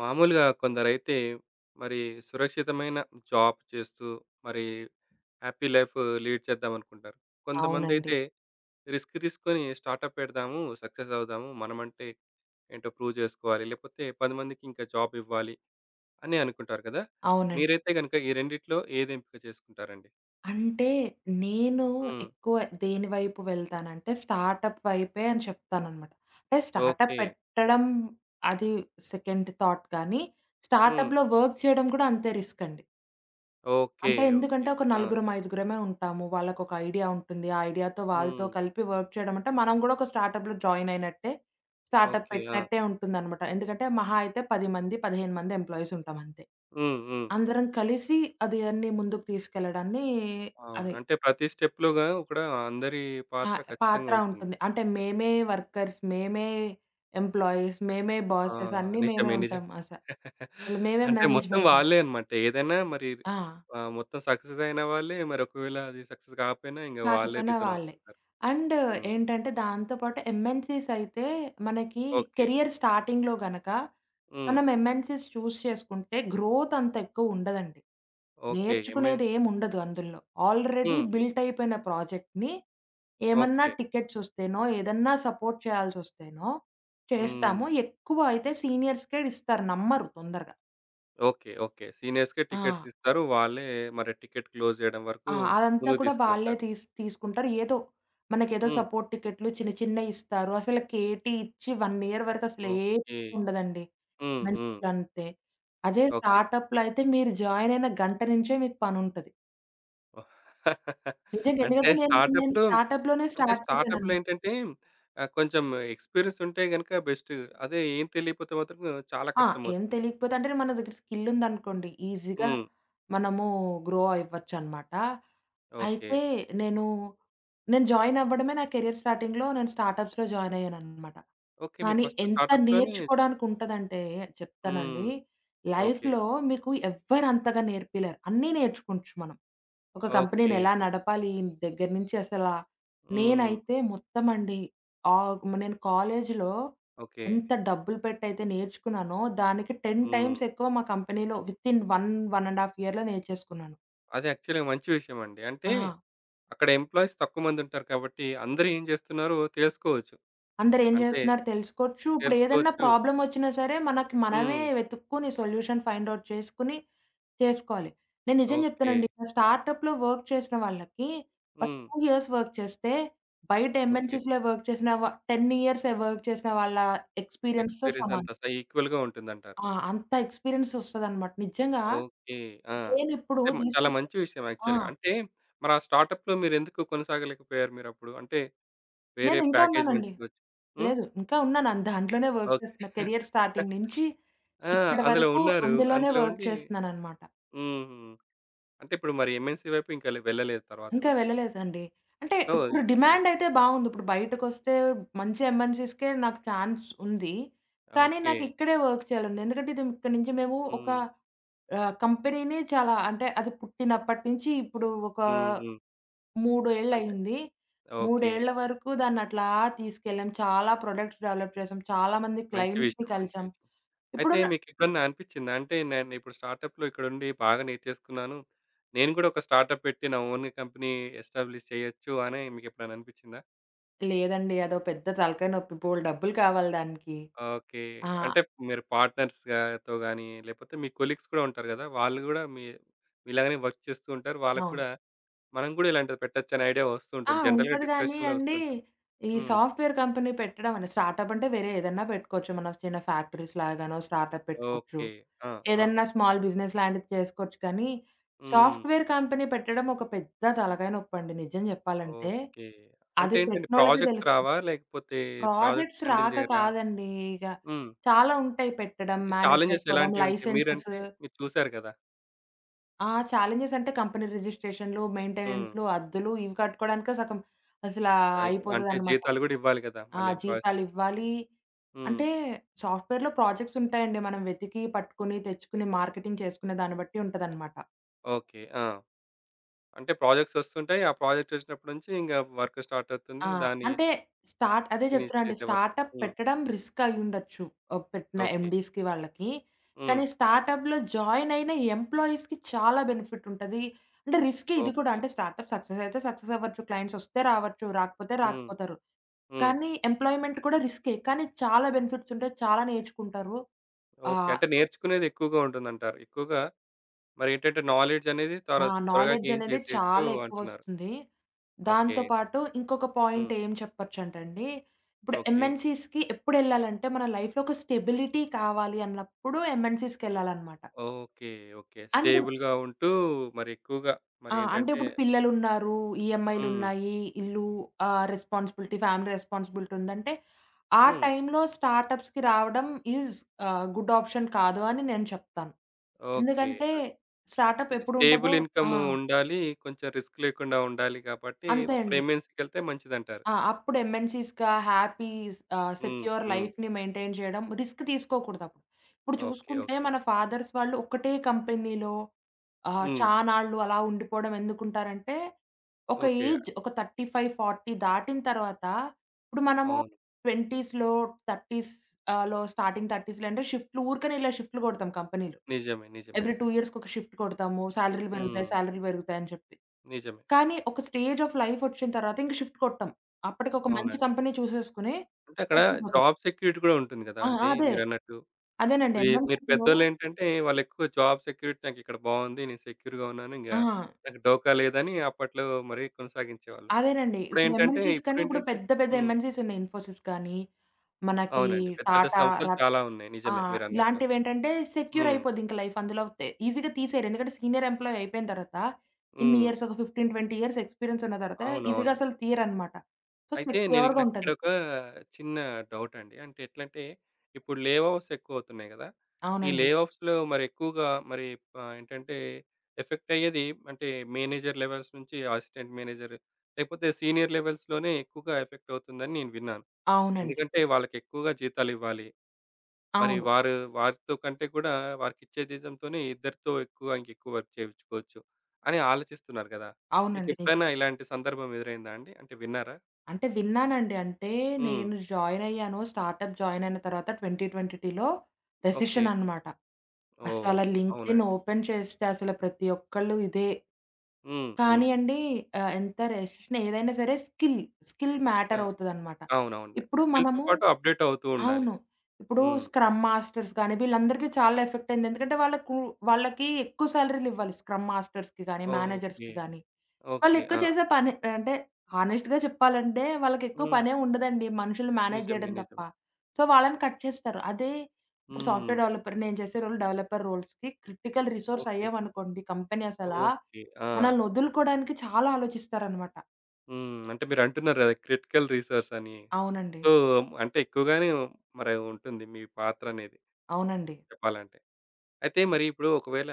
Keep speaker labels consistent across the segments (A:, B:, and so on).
A: మామూలుగా కొందరైతే మరి సురక్షితమైన జాబ్ చేస్తూ మరి హ్యాపీ లైఫ్ లీడ్ చేద్దాం అనుకుంటారు. కొంతమంది
B: అవునండి.
A: అయితే రిస్క్ తీసుకొని స్టార్టప్ పెడదాము, సక్సెస్ అవుదాము. మనమంటే ఏంటో ప్రూవ్ చేసుకోవాలి. లేకపోతే 10 మందికి ఇంకా జాబ్ ఇవ్వాలి అని అనుకుంటారు కదా!
B: అవునండి.
A: మీరైతే గనుక ఈ రెండిట్లో ఏది ఎంపిక చేసుకుంటారండి?
B: అంటే నేను
A: హ్మ్.
B: ఎక్కువ దేని వైపు వెళ్తానంటే స్టార్టప్ వైపే అని చెప్తాననమాట. అంటే స్టార్టప్
A: ఓకే.
B: పెట్టడం అది సెకండ్ థాట్ కానీ,
A: హ్మ్.
B: స్టార్టప్‌లో వర్క్ చేయడం కూడా అంతే రిస్క్ అండి.
A: ఓకే.
B: అంటే ఎందుకంటే
A: ఓకే.
B: ఒక
A: ఆ!
B: నలుగురం, ఐదుగురమే ఉంటాము. వాళ్ళకొక ఐడియా ఉంటుంది. ఆ ఐడియాతో వాళ్ళతో
A: హ్మ్.
B: కలిపి వర్క్ చేయడం అంటే, మనం గూడా ఒక స్టార్టప్‌లో జాయిన్ అయినట్టే, స్టార్టప్
A: ఓకే. ఆ!
B: పెట్టినట్టే ఉంటుందనమాట. ఎందుకంటే మహా అయితే 10 మంది, 15 మంది ఎంప్లాయీస్ ఉంటాం అంతే.
A: హ్మ్. హ్మ్.
B: అందరం కలిసి అది అన్ని ముందుకు తీసుకెళ్లడాన్ని
A: అవును.
B: అది
A: అంటే ప్రతి స్టెప్‌లోగా కూడా అందరి
B: ఆ!
A: పాత్ర ఖచ్చితంగా
B: పాత్ర
A: ఉంటుంది.
B: ఉంటుంది. అంటే మేమే వర్కర్స్, మేమే ఎంప్లాయీస్, మేమే
A: ఆ!
B: బాసెస్ అన్నీ మేమే
A: నిజమే.
B: ఉంటాం
A: నిజమే.
B: మేమే
A: అంటే మొత్తం
B: మేనేజ్‌మెంట్ లాగా.
A: వాళ్ళే అన్నమాట. ఏదైనా మరి
B: ఆ!
A: మొత్తం సక్సెస్ అయిన వాళ్ళే మరి ఒకవేళ అది సక్సెస్ కాకపోయినా ఇంక వాళ్ళే
B: కాకపోయినా
A: రీజన్
B: వాళ్ళే.
A: అవుతుంటారు.
B: అండ్
A: హ్మ్.
B: ఏంటంటే దాంతో పాటు ఎంఎన్‌సీస్ అయితే మనకి
A: ఓకే.
B: కెరియర్ స్టార్టింగ్‌లో గనక
A: హ్మ్.
B: మనం ఎంఎన్‌సీస్ చూజ్ చేసుకుంటే గ్రోత్ అంత ఎక్కువ ఉండదండి.
A: ఓకే.
B: నేర్చుకునేది ఏమి ఉండదు అందులో. ఆల్రెడీ
A: హ్మ్.
B: బిల్ట్ అయిపోయిన ప్రాజెక్ట్‌ని ఏమన్నా
A: ఓకే.
B: టికెట్స్ వస్తేనో, ఏదన్నా సపోర్ట్ చేయాల్సొస్తేనో
A: హ్మ్.
B: చేస్తాము. ఎక్కువ అయితే సీనియర్స్‌కే ఇస్తారు నమ్మరు తొందరగా.
A: ఓకే. ఓకే. సీనియర్స్‌కే
B: ఆ!
A: టికెట్స్ ఇస్తారు. వాళ్ళే మరి టికెట్ క్లోజ్ చేయడం వరకు
B: ఆ! అదంతా
A: ముందుకు
B: కూడా వాళ్ళే
A: తీసుకువెళ్తారు.
B: తీసుకుంటారు. ఏదో మనకేదో
A: హ్మ్.
B: సపోర్ట్ టికెట్లు చిన్న చిన్నయి ఇస్తారు. అసలు కేటీ ఇచ్చి 1 ఇయర్ వరకు అసలు ఏం
A: ఓకే.
B: ఉండదండి.
A: హ్మ్. హ్మ్.
B: మెన్సెస్‌లో అంతే. అదే
A: ఓకే.
B: స్టార్టప్‌లో అయితే మీరు జాయిన్ అయిన గంట నుంచే మీకు పనుంటది.
A: ఓహ్!
B: నిజంగా
A: అంటే
B: ఎందుకంటే నేను నేను
A: స్టార్టప్‌లో
B: స్టార్టప్‌లోనే
A: అంటే
B: స్టార్ట్
A: స్టార్టప్‌లో
B: చేశాననమాట.
A: ఏంటంటే కొంచెం ఎక్స్‌పీరియన్స్ ఉంటే గనుక బెస్ట్. అదే ఏం తెలియకపోతే మాత్రం చాలా
B: ఆ! ఏం
A: కష్టమవుతుంది.
B: తెలియకపోతే అంటే మన దగ్గర స్కిల్ ఉందనుకోండి ఈజీగా
A: హ్మ్.
B: మనము గ్రో అవ్వచ్చనమాట.
A: ఓకే.
B: అయితే నేను నేను జాయిన్ అవ్వడమే నా కెరియర్ స్టార్టింగ్‌లో నేను స్టార్టప్స్‌లో జాయిన్ అయ్యాననమాట.
A: ఓకే. మీరు
B: కానీ
A: ఫస్ట్
B: ఎంత
A: స్టార్టప్స్‌లోనే
B: నేర్చుకోవడానికుంటదంటే
A: హ్మ్.
B: చెప్తానండి.
A: ఓకే.
B: లైఫ్‌లో మీకు ఎవ్వరు అంతగా నేర్పియలేరు. అన్నీ నేర్చుకోవచ్చు మనం. ఒక కంపెనీని
A: ఓకే.
B: ఎలా నడపాలి దగ్గర నుంచి అసలా
A: హ్మ్.
B: నేనైతే మొత్తం అండి ఆహ్, నేను కాలేజీలో
A: ఓకే.
B: ఎంత డబ్బులు పెట్టయితే నేర్చుకున్నానో దానికి 10
A: హ్మ్.
B: టైమ్స్ ఎక్కువ మా కంపెనీలో వితిన్ 1, 1 ½ ఇయర్‌లో నేర్చేసుకున్నాను.
A: అది యాక్చువల్‌గా మంచి విషయం అండి. అంటే
B: ఆ!
A: అక్కడ ఎంప్లాయీస్ తక్కువ మంది ఉంటారు కాబట్టి అందరూ ఏం చేస్తున్నారో తెలుసుకోవచ్చు.
B: అందరేం
A: అంటే
B: చేస్తున్నారో తెలుసుకోవచ్చు. ఇప్పుడు ఏదన్నా
A: తెలుసుకోవచ్చు.
B: ప్రాబ్లమ్ వచ్చినా సరే మనకి మనమే
A: హ్మ్.
B: వెతుక్కొని సొల్యూషన్ ఫైండ్ ఔట్ చేసుకొని చేసుకోవాలి. నేను నిజం
A: ఓకే.
B: జెప్తానండి. నా స్టార్టప్‌లో వర్క్ చేసిన వాళ్ళకి ఒక
A: హ్మ్.
B: 2 ఇయర్స్ వర్క్ చేస్తే, బయట
A: ఓకే.
B: ఎంఎన్‌సీస్‌లో వర్క్ చేసిన 10 ఇయర్స్ వర్క్ చేసిన వాళ్ళ ఎక్స్‌పీరియన్స్‌తో
A: ఎక్స్‌పీరియన్స్
B: సమానం.
A: అంతా ఈక్వల్‌గా ఉంటుందంటారు.
B: ఆ! అంత ఎక్స్‌పీరియన్స్ ఒస్తదనమాట. నిజంగా
A: ఓకే. ఆ!
B: నేనిప్పుడు
A: అయితే చాలా
B: తీసుకుంటే
A: మంచి విషయం
B: ఆ!
A: యాక్చువల్‌గా. అంటే మరి ఆ స్టార్టప్‌లో మీరెందుకు కొనసాగలేకపోయారు మీరప్పుడు? అంటే వేరే
B: నేను ఇంకా
A: ప్యాకేజ్
B: ఉన్నానండి.
A: మంచిదొచ్చి హ్మ్.
B: లేదు ఇంకా ఉన్నాను. దాంట్లోనే వర్క్
A: ఓకే.
B: చేస్తున్నా. కెరియర్ స్టార్టింగ్ నుంచి
A: ఆ!
B: ఇప్పటి
A: అందులో
B: వరకు
A: ఉన్నారు.
B: అందులోనే
A: అందులో
B: వర్క్
A: ఉండి
B: చేస్తున్నాననమాట.
A: హ్మ్. అంటే ఇప్పుడు మరి ఎంఎన్‌సీ వైపు ఇంకా వెళ్ళలేదు తర్వాత
B: ఇంకా
A: గూడా.
B: వెళ్ళలేదండి. అంటే
A: సో,
B: ఇప్పుడు
A: హ్మ్.
B: డిమాండయితే బావుంది. ఇప్పుడు బయటకొస్తే మంచి ఎంఎన్‌సీస్‌కే నాకు ఛాన్స్ ఉంది. కానీ
A: ఓకే.
B: నాకిక్కడే వర్క్ చేయాలంది. ఎందుకంటే ఇది ఇక్కడి నుంచి మేము ఒక
A: హ్మ్.
B: కంపెనీని చాలా అంటే అది పుట్టినప్పటి నుంచి ఇప్పుడు ఒక
A: హ్మ్. హ్మ్.
B: 3
A: అంటే
B: ఏళ్లయింది. 3
A: ఓకే.
B: ఏళ్ల వరకు దాన్నట్లా తీసుకెళ్ళాం. చాలా ప్రొడక్ట్స్ డెవలప్ చేసాం. చాలా మంది
A: మంచి
B: క్లయింట్స్‌ని
A: విషయం. మంచి
B: కలిసాం.
A: విషయం. అయితే
B: ఇప్పుడున్న
A: మీకెప్పుడన్నా అనిపిచ్చిందా? అంటే నేను ఇప్పుడు స్టార్టప్‌లో ఇక్కడుండి బాగా నేర్చేసుకున్నాను. నేను గూడా ఒక స్టార్టప్ పెట్టి నా ఓన్ కంపెనీ ఎస్టాబ్లిష్ చేయొచ్చు అని మీకెప్పుడైనా అనిపిచ్చిందా?
B: లేదండి. అదో పెద్ద తలకాయ నొప్పి. బోలెడు డబ్బులు కావాలి దానికి.
A: ఓకే.
B: ఆ!
A: అంటే మీరు పార్ట్నర్స్‌గా తో గాని, లేకపోతే మీ కొలీగ్స్ కూడా ఉంటారు గదా! వాళ్ళు గూడా మీ మీలాగానే వర్క్ చేస్తూ ఉంటారు. వాళ్ళకి
B: అవును.
A: కూడా మనం గూడా ఇలాంటిది పెట్టొచ్చు అనే ఐడియా వస్తూ
B: ఆ!
A: ఉంటుంది. జనరల్‌గా
B: ఉంటది గానీ
A: డిస్కషన్‌లో
B: అండి,
A: వస్తుంటుంది.
B: ఈ
A: హ్మ్.
B: సాఫ్ట్‌వేర్ కంపెనీ పెట్టడం అని స్టార్టప్ అంటే వేరే ఏదన్నా పెట్టుకోవచ్చు. మన చిన్న ఫ్యాక్టరీస్ లాగానో స్టార్టప్ పెట్టుకోవచ్చు.
A: ఓకే. ఆ! ఆ!
B: ఏదన్నా స్మాల్ బిజినెస్ లాంటిది చేసుకోవచ్చు కానీ,
A: హ్మ్.
B: సాఫ్ట్‌వేర్ కంపెనీ పెట్టడం ఒక పెద్ద తలకాయ నొప్పండి నిజం జెప్పాలంటే.
A: ఓకే. అంటే
B: అది
A: ఏంటండి
B: పెట్టినోళ్ళకే
A: ప్రాజెక్ట్స్
B: తెలుస్తది.
A: రావా? లేకపోతే ప్రాజెక్ట్
B: ప్రాజెక్ట్స్
A: హ్యాండిల్
B: రాక
A: చేయరా?
B: కాదండి. ఇగ
A: హ్మ్.
B: చాలా ఉంటాయి పెట్టడం,
A: అంటే
B: మేనేజ్
A: ఛాలెంజెస్
B: చేసుకోవడం,
A: ఎలాంటివుంటాయి?
B: లైసెన్సెస్
A: మీరంటే మీరు చూసారు కదా!
B: ఆ! ఛాలెంజెస్ అంటే కంపెనీ రిజిస్ట్రేషన్‌లు,
A: హ్మ్.
B: మెయింటెనెన్స్‌లు, అద్దెలు ఇవి కట్టుకోవడానికే సగం అసలా
A: అంటే
B: అయిపోతదనమాట.
A: జీతాలు గూడా ఇవ్వాలి కదా!
B: ఆ!
A: మళ్ళీ ఎంప్లాయీస్‌కి.
B: జీతాలివ్వాలి.
A: హ్మ్.
B: అంటే సాఫ్ట్‌వేర్‌లో ప్రాజెక్ట్స్ ఉంటాయండి. మనం వెతికి, పట్టుకొని, తెచ్చుకుని, మార్కెటింగ్ చేసుకునే దాన్ని బట్టి ఉంటదనమాట.
A: ఓకే. ఆ! అంటే ప్రాజెక్ట్స్ ఒస్తుంటాయి. ఆ ప్రాజెక్ట్ ఒచ్చినప్పటి నుంచి ఇంగ వర్క్ స్టార్ట్
B: ఆ!
A: అవుతుంది. దాన్ని
B: అంటే స్టార్ట్ అదే
A: ఫినిష్
B: చెప్తున్నా అండి.
A: చేసే వరకు.
B: స్టార్టప్
A: హ్మ్.
B: పెట్టడం రిస్క్ అయ్యుండొచ్చు. పెట్టిన
A: ఓకే.
B: ఎండీస్‌కి వాళ్ళకి.
A: హ్మ్.
B: కానీ స్టార్టప్‌లో జాయిన్ అయిన ఎంప్లాయీస్‌కి చాలా బెనిఫిట్ ఉంటది. అంటే రిస్కే ఇది కూడా.
A: ఓకే.
B: అంటే స్టార్టప్ సక్సెస్ అయితే సక్సెస్ అవ్వచ్చు. క్లయింట్స్ వస్తే రావచ్చు. రాకపోతే
A: హ్మ్.
B: రాకపోతారు.
A: హ్మ్.
B: కానీ ఎంప్లాయ్‌మెంట్ కూడా రిస్కే. కానీ చాలా బెనిఫిట్స్ ఉంటాయి. చాలా నేర్చుకుంటారు.
A: ఓకే.
B: ఆహ్,
A: అంటే నేర్చుకునేది ఎక్కువగా ఉంటుందంటారు. ఎక్కువగా మరేంటంటే నాలెడ్జ్ అనేది
B: ఆ!
A: త్వరగా
B: నాలెడ్జ్
A: గెయిన్
B: అనేది
A: చేసేయొచ్చు
B: చాలా
A: అంటున్నారు.
B: ఎక్కువొస్తుంది.
A: ఓకే.
B: దాంతో పాటు ఇంకొక
A: హ్మ్.
B: పాయింట్ ఏం చెప్పొచ్చంటండి, ఇప్పుడు
A: ఓకే.
B: ఎంఎన్‌సీస్‌కి ఎప్పుడెళ్ళాలంటే, మన లైఫ్‌లో ఒక స్టెబిలిటీ కావాలి అన్నప్పుడు ఎంఎన్‌సీస్‌కెళ్ళాలనమాట.
A: ఓకే. ఓకే.
B: అండ్
A: స్టేబుల్‌గా ఉంటూ మరి ఎక్కువగా మరి
B: ఆ! అంటే
A: ఏంటంటే
B: ఇప్పుడు పిల్లలున్నారు,
A: హ్మ్.
B: ఈఎంఐలున్నాయి, ఇల్లు రెస్పాన్సిబిలిటీ, ఫ్యామిలీ రెస్పాన్సిబిలిటీ ఉందంటే, ఆ
A: హ్మ్.
B: టైంలో స్టార్టప్స్‌కి రావడం ఈజ్ గుడ్ ఆప్షన్ కాదు అని నేను చెప్తాను.
A: ఓకే.
B: ఎందుకంటే
A: అన్
B: స్టార్టప్
A: అంటే
B: ఎప్పుడుంటదో
A: స్టేబుల్
B: ఆ!
A: ఇన్‌కము ఉండాలి. కొంచెం రిస్క్ లేకుండా ఉండాలి కాబట్టి
B: అంతే
A: అప్పుడు
B: అండి.
A: ఎంఎన్‌సికెళ్తే మంచిదంటారు.
B: ఆ! అప్పుడు ఎంఎన్‌సీస్‌గా హ్యాపీ
A: హ్మ్.
B: సెక్యూర్
A: హ్మ్.
B: లైఫ్‌ని మెయింటైన్ చేయడం రిస్క్ తీసుకోకూడదప్పుడు. ఇప్పుడు
A: ఓకే.
B: చూసుకుంటే
A: ఓకే.
B: మన ఫాదర్స్ వాళ్ళు ఒక్కటే కంపెనీలో
A: హ్మ్.
B: చానాళ్ళు అలా ఉండిపోవడం ఎందుకుంటారంటే, ఒక
A: ఓకే.
B: ఏజ్ ఒక 35, 40 దాటిన తర్వాత ఇప్పుడు మనము
A: అవును.
B: 20స్‌లో 30స్ ఆలో స్టార్టింగ్ 30స్‌లో అంటే షిఫ్ట్‌లు ఊరికనే ఇలా షిఫ్ట్‌లు కొడతాం కంపెనీలు.
A: నిజమే. నిజమే
B: ఎవ్రీ
A: అండి.
B: 2 ఇయర్స్‌కి ఒక షిఫ్ట్ కొడతాము. సాలరీలు పెరుగుతాయి,
A: హ్మ్.
B: సాలరీలు పెరుగుతాయని చెప్పి.
A: నిజమే.
B: కానీ ఒక స్టేజ్ ఆఫ్ లైఫ్ ఒచ్చిన తర్వాత ఇంక షిఫ్ట్ కొట్టం. అప్పటికి ఒక మంచి
A: అవునండి.
B: కంపెనీ చూసేసుకొని
A: అంటే అక్కడ
B: సెటిల్ అయిపోతాం.
A: జాబ్ సెక్యూరిటీ కూడా ఉంటుంది గదా!
B: ఆ!
A: అంటే
B: అదే.
A: మీరన్నట్టు
B: అదేనండి.
A: మీరు
B: ఎంఎన్‌సీస్‌లో
A: పెద్దోళ్ళేంటంటే వాళ్ళెక్కువ జాబ్ సెక్యూరిటీ నాకిక్కడ బావుంది. నేను సెక్యూర్‌గా ఉన్నాను. ఇంగ
B: ఆ!
A: నాకు డోకా లేదని అప్పట్లో మరి కొనసాగించేవాళ్ళు.
B: అదేనండి. ఇప్పుడు
A: ఇప్పుడేంటంటే
B: ఎంఎన్‌సీస్ కని ఇప్పుడు
A: ఇప్పుడేంటంటే
B: పెద్ద పెద్ద
A: హ్మ్.
B: ఎంఎన్‌సీస్ ఉన్నాయి. ఇన్ఫోసిస్ కానీ, మనకి
A: అవునండి. పెద్ద పెద్ద
B: టాటా,
A: సంస్థలు చాలా ఉన్నాయి.
B: ఆ!
A: నిజమే మీరన్నట్టు.
B: ఇలాంటివేంటంటే సెక్యూర్
A: హ్మ్.
B: అయిపోద్ది ఇంక లైఫ్. అందులో ఈజీగా తీసేయరు. ఎందుకంటే సీనియర్ ఎంప్లాయీ అయిపోయిన తర్వాత ఇన్ని
A: హ్మ్.
B: ఇయర్స్ ఒక 15, 20 ఇయర్స్ ఎక్స్‌పీరియన్స్ ఉన్న తర్వాత ఈజీగా
A: అవునవునండి.
B: అసలు తీయరనమాట. సో,
A: అయితే నేను ఇక
B: సెక్యూర్‌గా
A: నాకిక్కడ
B: ఉంటది.
A: ఒక చిన్న డౌటండి. అంటే ఎట్లంటే, ఇప్పుడు లే ఆఫ్స్ ఎక్కువవుతున్నాయి గదా! ఈ లే
B: అవునండి.
A: ఆఫ్స్‌లో మరి ఎక్కువగా మరి ఏంటంటే ఎఫెక్ట్ అయ్యేది అంటే మేనేజర్ లెవెల్స్ నుంచి అసిస్టెంట్ మేనేజర్ లేకపోతే సీనియర్ లెవెల్స్‌లోనే ఎక్కువగా ఎఫెక్ట్ అవుతుందని నేను విన్నాను.
B: అవునండి.
A: ఎందుకంటే వాళ్ళకి ఎక్కువగా జీతాలివ్వాలి. మరి
B: అవును.
A: వారు వారితో కంటే కూడా వారికిచ్చే జీతంతోనే ఇద్దరితో ఎక్కువ ఇంకెక్కువ వర్క్ చేయించుకోవచ్చు అని ఆలోచిస్తున్నారు గదా!
B: అవునండి.
A: మీకెప్పుడైనా
B: నిజమే.
A: ఇలాంటి సందర్భం ఎదురైందా అండి? అంటే విన్నారా?
B: అంటే విన్నానండి. అంటే
A: హ్మ్.
B: నేను జాయిన్ అయ్యాను. స్టార్టప్ జాయిన్ అయిన తర్వాత 2020లో
A: ఓకే.
B: రెసెషన్ అన్నమాట.
A: ఓహ్!
B: అసల లింక్డ్ఇన్
A: అవునండి.
B: ఓపెన్ చేస్తే అసలు ప్రతి ఒక్కళ్ళు ఇదే.
A: హ్మ్.
B: కానీ
A: హ్మ్.
B: అండి ఎంత రెసెషన్ ఏదైనా సరే స్కిల్, స్కిల్
A: ఆ!
B: మ్యాటర్ అవుతదన్నమాట.
A: అవునవునండి.
B: ఇప్పుడు
A: స్కిల్‌తో
B: మనము
A: పాటు అప్‌డేట్ అవుతూ ఉండాలి.
B: అవును. ఇప్పుడు
A: హ్మ్.
B: స్క్రమ్ మాస్టర్స్ గాని వీళ్ళందరికీ చాలా ఎఫెక్ట్ అయింది. ఎందుకంటే వాళ్ళకి ఎక్కువ సాలరీలివ్వాలి. స్క్రమ్ మాస్టర్స్‌కి గాని,
A: ఓకే.
B: మేనేజర్స్‌కి గాని.
A: ఓకే.
B: వాళ్ళెక్కువ
A: ఆ!
B: చేసే పని అంటే హానెస్ట్‌గా చెప్పాలంటే వాళ్ళకెక్కువ
A: హ్మ్.
B: పనే ఉండదండి. మనుషులు మేనేజ్
A: నిజమే.
B: జేయడం తప్ప.
A: నిజమే.
B: సో, వాళ్ళని కట్ చేస్తారు. అదే ఇప్పుడు
A: హ్మ్.
B: సాఫ్ట్‌వేర్ డెవలపర్ నేను చేసే రోల్ డెవలపర్ రోల్స్‌కి క్రిటికల్ రిసోర్స్
A: ఓకే.
B: అయ్యామనుకోండి కంపెనీ అసలా
A: ఓకే. ఆ!
B: మనల్ని వదులుకోవడానికి చాలా ఆలోచిస్తారనమాట.
A: హ్మ్. అంటే మీరంటున్నారు గదా! క్రిటికల్ రిసోర్స్ అని.
B: అవునండి.
A: సో, అంటే ఎక్కువగానే మరి ఉంటుంది మీ పాత్రనేది
B: అవునండి.
A: చెప్పాలంటే. అయితే మరి ఇప్పుడు ఒకవేళ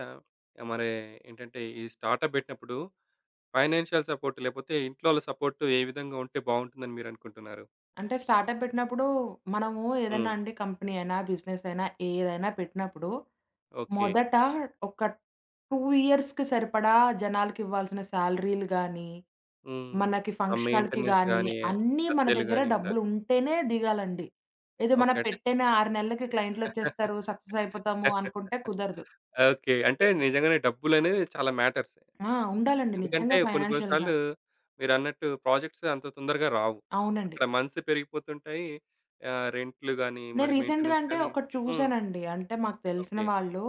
A: మరి ఏంటంటే ఈ స్టార్టప్ బెట్టినప్పుడు ఫైనాన్షియల్ సపోర్ట్ లేపోతే ఇంట్లో వాళ్ళ సపోర్ట్ ఏ విధంగా ఉంటే బావుంటుందని మీరనుకుంటున్నారు?
B: అంటే స్టార్టప్ పెట్టినప్పుడు మనము ఏదన్నా
A: హ్మ్.
B: అండి కంపెనీ అయినా, బిజినెస్ అయినా ఏదైనా పెట్టినప్పుడు
A: ఓకే.
B: మొదట ఒక 2 ఇయర్స్‌కి సరిపడా జనాలకివ్వాల్సిన సాలరీలు గాని
A: హ్మ్.
B: మనకి
A: ఆ
B: ఫంక్షనల్‌కి
A: మెయింటెనెన్స్
B: గానీ,
A: గాని,
B: అన్నీ మన
A: అద్దెలు
B: దగ్గర
A: గాని ఉండాలి.
B: డబ్బులుంటేనే దిగాలండి. ఏదో
A: ఓకే.
B: మనం
A: అంటే
B: పెట్టిన 6 నెలలకి క్లయింట్‌లొచ్చేస్తారు, సక్సెస్ అయిపోతాము అనుకుంటే కుదరదు.
A: ఓకే. అంటే నిజంగానే డబ్బులనేది చాలా మ్యాటర్స్.
B: ఆ! ఉండాలండి
A: ఎందుకంటే
B: నిజంగా
A: కొన్ని కొన్ని
B: ఫైనాన్షియల్‌గా.
A: సార్లు మీరన్నట్టు ప్రాజెక్ట్స్ అంత తొందరగా రావు.
B: అవునండి.
A: అక్కడ మంత్స్ పెరిగిపోతుంటాయి. రెంట్‌లు గాని,
B: నేను
A: మరి
B: రీసెంట్‌గా
A: మెయింటెనెన్స్
B: అంటే
A: గాని
B: ఒకటి
A: హ్మ్.
B: చూసానండి. అంటే మాకు తెలిసిన
A: ఓకే.
B: వాళ్ళు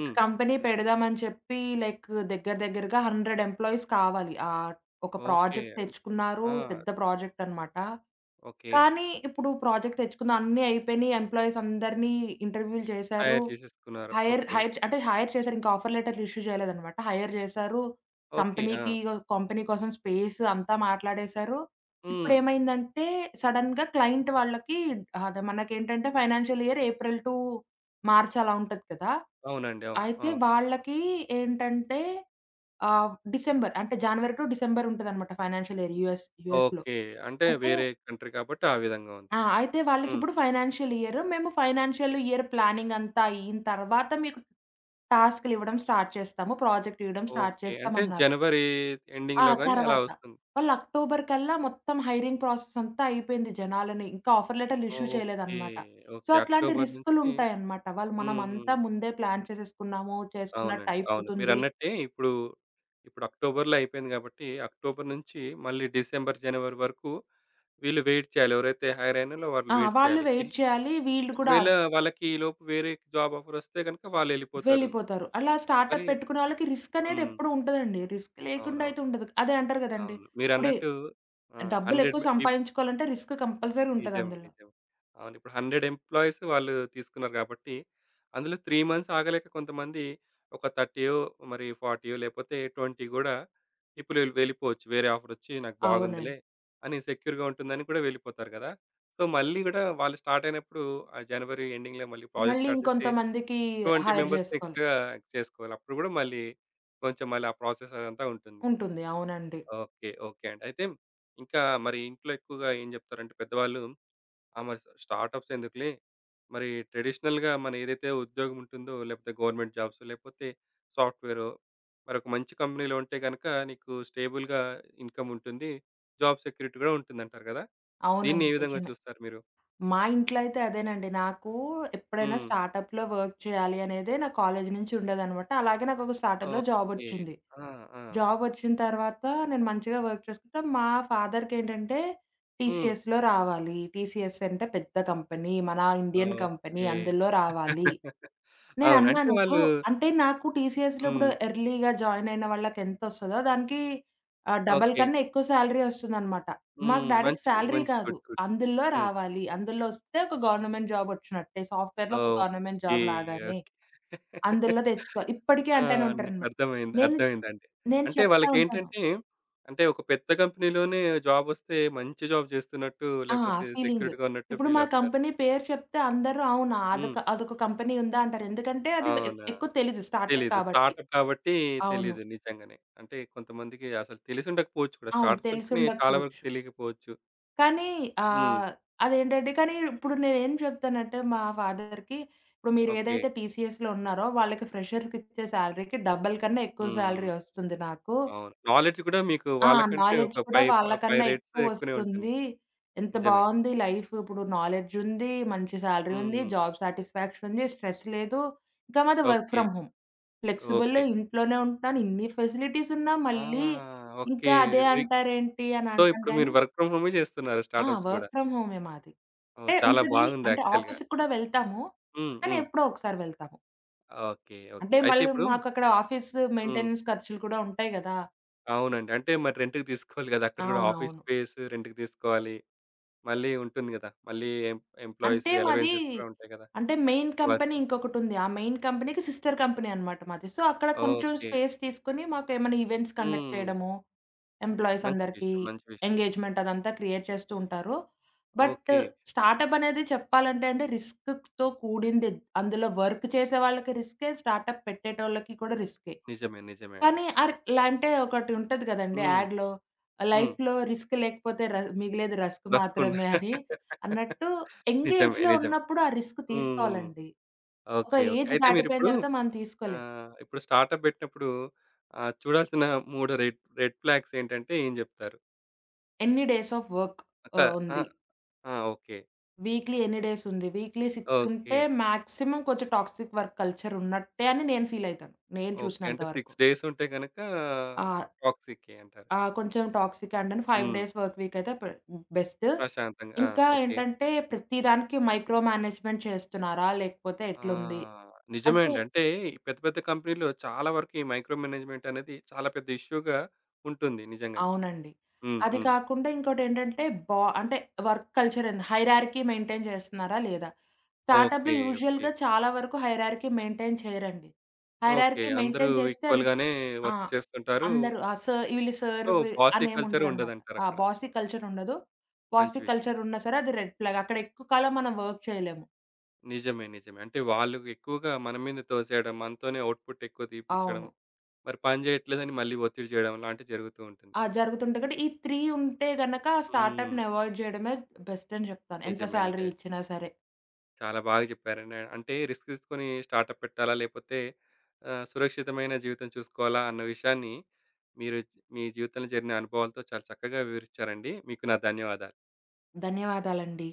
B: ఒక కంపెనీ పెడదామని చెప్పి లైక్ దగ్గర దగ్గరగా 100 ఎంప్లాయీస్ కావాలి. ఒక
A: ఓకే.
B: ప్రాజెక్ట్ తెచ్చుకున్నారు.
A: ఆ!
B: పెద్ద ప్రాజెక్ట్ అన్నమాట.
A: ఓకే.
B: కానీ ఇప్పుడు ప్రాజెక్ట్ తెచ్చుకున్న అన్నీ అయిపోయినాయి. ఎంప్లాయీస్ అందరినీ ఇంటర్వ్యూలు చేశారు.
A: హైర్ చేసేసుకున్నారు.
B: Hire
A: okay.
B: హైర్ అంటే హైర్ చేశారు. ఇంకా ఆఫర్ లెటర్‌లు ఇష్యూ చేయలేదనమాట. హైర్ చేశారు.
A: ఓకే. ఆ!
B: కంపెనీకి కంపెనీ కోసం స్పేస్ అంతా మాట్లాడేశారు.
A: హ్మ్.
B: ఇప్పుడేమైందంటే సడెన్‌గా క్లయింట్ వాళ్ళకి అదే మనకేంటంటే financial year April to March అలా ఉంటది కదా!
A: అవునండి. అవును.
B: అయితే
A: అవును.
B: వాళ్ళకి ఏంటంటే డిసెంబర్ అంటే జనవరి టు డిసెంబర్ ఉంటదనమాట ఫైనాన్షియల్ ఇయర్ యూఎస్‌లో.
A: ఓకే. అంటే
B: అయితే
A: వేరే కంట్రీ కాబట్టి ఆ విధంగా ఉంది.
B: ఆ! అయితే
A: హ్మ్.
B: వాళ్ళకిప్పుడు ఫైనాన్షియల్ ఇయర్. మేము ఫైనాన్షియల్ ఇయర్ ప్లానింగ్ అంతా అయిన తర్వాత మీకు టాస్క్‌లివ్వడం స్టార్ట్ చేస్తాము. ప్రాజెక్ట్ ఇవ్వడం స్టార్ట్
A: ఓకే. అంటే
B: చేస్తామన్నారు.
A: జనవరి
B: ఆ!
A: ఎండింగ్‌లో గాని అలా
B: తర్వాత.
A: వస్తుంది.
B: వాళ్ళు అక్టోబర్ కల్లా మొత్తం హైరింగ్ ప్రాసెస్ అంతా అయిపోయింది జనాలని. ఇంకా ఆఫర్ లెటర్‌లు ఇష్యూ
A: ఓకే.
B: చేయలేదన్నమాట. So,
A: okay.
B: అట్లాంటి
A: అక్టోబర్ నుంచి హ్మ్.
B: రిస్కులుంటాయన్నమాట. వాళ్ళు మనమంతా
A: హ్మ్.
B: ముందే ప్లాన్ చేసేసుకున్నాము, చేసుకున్నట్టు
A: అవునండి. అవును.
B: అయిపోతుంది.
A: మీరన్నట్టే ఇప్పుడు అక్టోబర్‌లో అయిపోయింది కాబట్టి, అక్టోబర్ నుంచి మళ్ళీ డిసెంబర్, జనవరి వరకు వీళ్ళు వెయిట్ చేయాలి. ఎవరైతే హైర్ అయినాలో వాళ్ళు
B: ఆ!
A: వెయిట్
B: వాళ్ళు
A: చేయాలి.
B: వెయిట్ చేయాలి. వీళ్ళు కూడా
A: ఒకవేళ వాళ్ళకి ఈలోపు వేరే జాబ్ ఆఫర్ వస్తే గనుక వాళ్ళెళ్ళిపోతారు.
B: వెళ్ళిపోతారు. అలా
A: మరి
B: స్టార్టప్ పెట్టుకునే వాళ్ళకి రిస్క్ అనేది
A: హ్మ్.
B: ఎప్పుడు ఉంటదండి. రిస్క్ లేకుండా
A: అవునవును.
B: అయితే ఉండదు. అదే అంటారు గదండీ!
A: అవును.
B: ఇప్పుడే
A: మీరన్నట్టు ఆ! 100
B: డబ్బులెక్కువ
A: మే
B: సంపాదించుకోవాలంటే రిస్క్ కంపల్సరీ ఉంటది
A: నిజమే.
B: అందులో.
A: నిజమే. అవును. ఇప్పుడు 100 ఎంప్లాయీస్ వాళ్ళు తీసుకున్నారు కాబట్టి, అందులో 3 మంత్స్ ఆగలేక కొంతమంది ఒక 30యో, మరి 40యో లేపోతే 20 గూడా ఇప్పుడు వీళ్ళు వెళ్ళిపోవచ్చు. వేరే ఆఫరొచ్చి నాకు బాగుందిలే
B: అవునండి.
A: అని సెక్యూర్‌గా ఉంటుందని కూడా వెళ్ళిపోతారు గదా! సో, మళ్ళీ గూడా వాళ్ళు స్టార్ట్ అయినప్పుడు ఆ జనవరి ఎండింగ్‌లో మళ్ళీ ప్రాజెక్ట్
B: మళ్ళీ
A: స్టార్ట్ అయితే
B: ఇంకొంతమందికి
A: 20
B: హైర్
A: మెంబర్స్‌ని
B: జేసుకోవాలి.
A: ఎక్స్ట్రా చేసుకోవాలి. అప్పుడు గూడా మళ్ళీ కొంచెం మళ్ళీ ఆ ప్రాసెస్ అదంతా ఉంటుంది.
B: ఉంటుంది. అవునండి.
A: ఓకే. ఓకే అండి. అయితే ఇంకా మరి ఇంట్లో ఎక్కువగా ఏం జెప్తారంటే పెద్దవాళ్ళు ఆ! మరి స్టార్టప్స్ ఎందుకులే. మరి ట్రెడిషనల్‌గా మన ఏదైతే ఉద్యోగం ఉంటుందో, లేకపోతే గవర్నమెంట్ జాబ్స్ లేకపోతే సాఫ్ట్‌వేరో, మరొక మంచి కంపెనీలో ఉంటే గనక నీకు స్టేబుల్‌గా ఇన్‌కమ్ ఉంటుంది. జాబ్ సెక్యూరిటీ కూడా ఉంటుందంటారు కదా! దీన్ని
B: అవునండి.
A: ఏ విధంగా
B: నిజమే.
A: చూస్తారు మీరు?
B: మా ఇంట్లో అయితే అదేనండి. నాకు ఎప్పుడైనా
A: హ్మ్.
B: స్టార్టప్‌లో వర్క్ చేయాలి అనేదే నా కాలేజీ నుంచి ఉండేదనమాట. అలాగే నాకొక స్టార్టప్‌లో
A: ఓకే.
B: జాబొచ్చింది.
A: ఆ! ఆ!
B: జాబొచ్చిన తర్వాత నేను మంచిగా వర్క్ చేసుకుంటా. మా ఫాదర్‌కేంటంటే
A: హ్మ్.
B: టీసీఎస్‌లో రావాలి. టీసీఎస్ అంటే పెద్ద కంపెనీ. మన ఇండియన్ కంపెనీ.
A: ఓకే.
B: అందులో రావాలి.
A: అవును. అంటే
B: నేనన్నాను ఇప్పుడు
A: వాళ్ళు
B: అంటే నాకు టీసీఎస్‌లో ఇప్పుడు
A: హ్మ్.
B: ఎర్లీగా జాయిన్ అయిన వాళ్ళకి ఎంతొస్తదో దానికి డబల్
A: ఓకే.
B: కన్నా ఎక్కువ సాలరీ ఒస్తుందనమాట. మా
A: హ్మ్.
B: డ్యాడీకి
A: మంచి
B: సాలరీ
A: మంచి.
B: కాదు.
A: గుడ్. గుడ్.
B: అందులో
A: హ్మ్.
B: రావాలి. అందులో ఒస్తే ఒక గవర్నమెంట్ జాబ్ ఒచ్చినట్టే. సాఫ్ట్‌వేర్‌లో ఒక గవర్నమెంట్
A: ఓకే.
B: Job
A: okay.
B: లాగానే. అందులో తెచ్చుకోవాలి. ఇప్పటికీ
A: ఆ!
B: అంటేనే ఉంటారనమాట.
A: నాకర్థమైంది.
B: నేను
A: అర్థమైందండి.
B: నేను
A: అంటే
B: చెప్తా ఉంటాను.
A: వాళ్ళకేంటంటే, అంటే ఒక పెద్ద కంపెనీలోనే జాబొస్తే మంచి జాబ్ చేస్తున్నట్టు,
B: ఆ!
A: లేకపోతే
B: ఫీలింగ్.
A: సెక్యూర్డ్‌గా ఉన్నట్టు
B: ఇప్పుడు మా
A: ఫీలవుతారు.
B: కంపెనీ పేరు చెప్తే అందరూ అవునా!
A: హ్మ్.
B: అదొక అదొక కంపెనీ ఉందా అంటారు. ఎందుకంటే అది
A: అవునా!
B: ఎక్కువ తెలీదు స్టార్టప్
A: తెలీదు.
B: కాబట్టి.
A: స్టార్టప్ కాబట్టి
B: అవును.
A: తెలీదు నిజంగానే. అంటే కొంతమందికి అసలు తెలిసుండకపోవచ్చు కూడా.
B: అవును.
A: స్టార్టప్స్ అంటేనే చాలా వరకు
B: తెలిసుండకపోవచ్చు.
A: తెలియకపోవచ్చు.
B: కానీ
A: హ్మ్.
B: ఆహ్, అదేంటంటే కానీ ఇప్పుడు నేనేం చెప్తానంటే మా ఫాదర్‌కి ఇప్పుడు
A: ఓకే.
B: మీరేదైతే టీసీఎస్‌లో ఉన్నారో వాళ్ళకి ఫ్రెషర్స్‌కిచ్చే సాలరీకి డబల్ కన్నా ఎక్కువ
A: హ్మ్.
B: సాలరీ వస్తుంది నాకు.
A: అవును. నాలెడ్జ్ కూడా మీకు
B: ఆ!
A: వాళ్ళకంటే
B: నాలెడ్జ్
A: ఒక
B: కూడా
A: 5
B: వాళ్ళకన్నా
A: రేట్స్ ఎక్కువనే ఉంటుంది.
B: ఎక్కువొస్తుంది. ఎంత
A: నిజమే.
B: బావుంది లైఫ్. ఇప్పుడు నాలెడ్జుంది, మంచి సాలరీ ఉంది,
A: హ్మ్.
B: జాబ్ సాటిస్ఫాక్షన్ ఉంది, స్ట్రెస్ లేదు. ఇంకా మాది work
A: okay.
B: From home. Flexible
A: okay.
B: ఇంట్లోనే ఉంటాను. ఇన్ని ఫెసిలిటీస్ ఉన్నా
A: ఆ!
B: మళ్ళీ
A: ఓకే.
B: ఇంకా అదే
A: ఇ
B: అంటారేంటి అని
A: సో,
B: అంటాను
A: ఇప్పుడు
B: కానీ
A: మీరు వర్క్ ఫ్రమ్ హోమే చేస్తున్నారు
B: ఆ!
A: స్టార్టప్స్ గూడా.
B: వర్క్ ఫ్రమ్ హోమే మాది.
A: ఓహ్!
B: అంటే
A: చాలా
B: ఉంటది.
A: బాగుంది
B: అంటే
A: యాక్చువల్‌గా.
B: ఆఫీస్‌కి కూడా వెళ్తాము.
A: హ్మ్.
B: కానీ
A: హ్మ్.
B: ఎప్పుడో ఒకసారి వెళ్తాము.
A: ఓకే. ఓకే.
B: అంటే
A: అయితే
B: మళ్ళీ
A: ఇప్పుడు
B: మాకక్కడ ఆఫీస్
A: హ్మ్.
B: మెయింటెనెన్స్ ఖర్చులు కూడా ఉంటాయి గదా!
A: అవునండి. అంటే మరి రెంట్‌కి తీసుకోవాలి గదా! అక్కడ గూడా ఆఫీస్
B: అవునవును.
A: స్పేస్ రెంట్‌కి తీసుకోవాలి. మళ్ళీ ఉంటుంది గదా! మళ్ళీ ఎంప్లాయీస్
B: అంటే మాది
A: అలవెన్సెస్ కూడా ఉంటాయి గదా!
B: అంటే మెయిన్ కంపెనీ
A: ఇవ్వాల్సినయి.
B: ఇంకొకటుంది. ఆ మెయిన్ కంపెనీకి సిస్టర్ కంపెనీ అన్నమాట మాది. సో, అక్కడ కొంచెం
A: ఓకే.
B: స్పేస్ తీసుకొని మాకేమైనా ఈవెంట్స్ కండక్ట్
A: హ్మ్.
B: చేయడము, ఎంప్లాయీస్
A: మంచి
B: అందరికీ
A: విషయం. మంచి విషయం.
B: ఎంగేజ్‌మెంట్ అదంతా క్రియేట్ చేస్తూ ఉంటారు. But
A: okay.
B: స్టార్టప్ అనేది చెప్పాలంటే అండి రిస్క్‌తో కూడింది. అందులో వర్క్ చేసే వాళ్ళకి రిస్కే, స్టార్టప్ పెట్టేటోళ్ళకి కూడా రిస్కే.
A: నిజమే. నిజమే అండి.
B: కానీ ఇలా అంటే ఒకటి ఉంటది కదండీ
A: హ్మ్.
B: యాడ్‌లో
A: హ్మ్.
B: లైఫ్‌లో రిస్క్ లేకపోతే మిగిలేది రస్క్
A: రస్కుండ.
B: మాత్రమే అని అన్నట్టు యంగ్
A: నిజమే.
B: ఏజ్‌లో
A: నిజమే.
B: ఉన్నప్పుడు ఆ రిస్క్
A: హ్మ్.
B: తీసుకోవాలండి. ఒక
A: ఓకే. ఓకే.
B: ఏజ్
A: అయితే
B: దాటిపోయిన
A: మీరిప్పుడు
B: తర్వాత మనం తీసుకోలేం.
A: ఇప్పుడు స్టార్టప్ పెట్టినప్పుడు చూడాల్సిన 3 రెడ్ రెడ్ ఫ్లాగ్స్ ఏంటంటే ఏం జెప్తారు?
B: ఎన్ని డేస్ ఆఫ్ వర్క్
A: అక్క ఆ!
B: ఉంది.
A: ఆ! ఓకే.
B: వీక్లీ ఎన్ని డేస్ ఉంది. Weekly 6
A: okay.
B: ఉంటే మాక్సిమం కొంచెం టాక్సిక్ వర్క్ కల్చర్ ఉన్నట్టే అని నేను ఫీల్ అయితాను. నేను
A: ఓకే.
B: చూసినంత
A: అంటే
B: వరకు.
A: 6 డేస్ ఉంటే గనక
B: ఆ!
A: టాక్సికే అంటారు.
B: ఆ! కొంచెం టాక్సిక్ అంటేనే 5
A: హ్మ్.
B: డేస్ వర్క్ వీక్ అయితే బెస్ట్.
A: ప్రశాంతంగా. ఆ!
B: ఇంకా
A: ఓకే.
B: ఏంటంటే ప్రతి దానికి మైక్రో మేనేజ్‌మెంట్ చేస్తున్నారా? లేకపోతే
A: ఆ!
B: ఎట్లుంది?
A: నిజమే
B: అంటే
A: అండి. అంటే ఈ పెద్ద పెద్ద కంపెనీలో చాలా వరకు ఈ మైక్రో మేనేజ్‌మెంట్ అనేది చాలా పెద్ద ఇష్యూగా ఉంటుంది నిజంగానే.
B: అవునండి.
A: హ్మ్.
B: అది
A: హ్మ్.
B: కాకుండా ఇంకోటేంటంటే అంటే వర్క్ కల్చర్ ఏంది? హైరార్కీ మెయింటైన్ చేస్తున్నారా? లేదా? స్టార్టప్‌లో
A: ఓకే. ఓకే.
B: యూజువల్‌గా చాలా వరకు హైరార్కీ మెయింటైన్ చేయరండి.
A: ఓకే.
B: హైరార్కీ
A: అందరూ
B: మెయింటైన్ చేస్తే అది
A: ఈక్వల్‌గానే
B: ఆ!
A: వర్క్ చేస్తుంటారు.
B: అందరూ ఆ! సర్ వీళ్ళు sir
A: so,
B: we
A: bossy culture
B: అనేముండదనమాట. ఆ!
A: ఉండదంటారక్కడ.
B: బాసీ కల్చరుండదు.
A: మంచి
B: బాసీ
A: విషయం.
B: కల్చరున్నా సరే అది రెడ్ ఫ్లాగ్. అక్కడ ఎక్కువ కాలం మనం వర్క్ చేయలేము.
A: నిజమే. నిజమే. అంటే వాళ్ళు ఎక్కువగా మన మీద తోసేయడం, మనతోనే అవుట్‌పుట్ ఎక్కువ తీపిచ్చడం,
B: అవును.
A: మరి పని జేయట్లేదని మళ్ళీ ఒత్తిడి జేయడం లాంటివి జరుగుతూ ఉంటుంది.
B: ఆ! జరుగుతుంటాయి కాబట్టి ఈ 3 ఉంటే గనక
A: హ్మ్.
B: స్టార్టప్‌ని అవాయిడ్ జేయడమే బెస్ట్ అని జెప్తాను. ఎంత
A: నిజమే.
B: సాలరీ
A: నిజమే.
B: ఇచ్చినా సరే.
A: చాలా బాగా జెప్పారండి. అంటే రిస్క్ తీసుకొని స్టార్టప్ పెట్టాలా? లేపోతే సురక్షితమైన జీవితం చూసుకోవాలా? అన్న విషయాన్ని మీరు మీ జీవితంలో జరిగిన అనుభవాలతో చాలా చక్కగా వివరిచ్చారండి. మీకు నా ధన్యవాదాలు.
B: ధన్యవాదాలండి.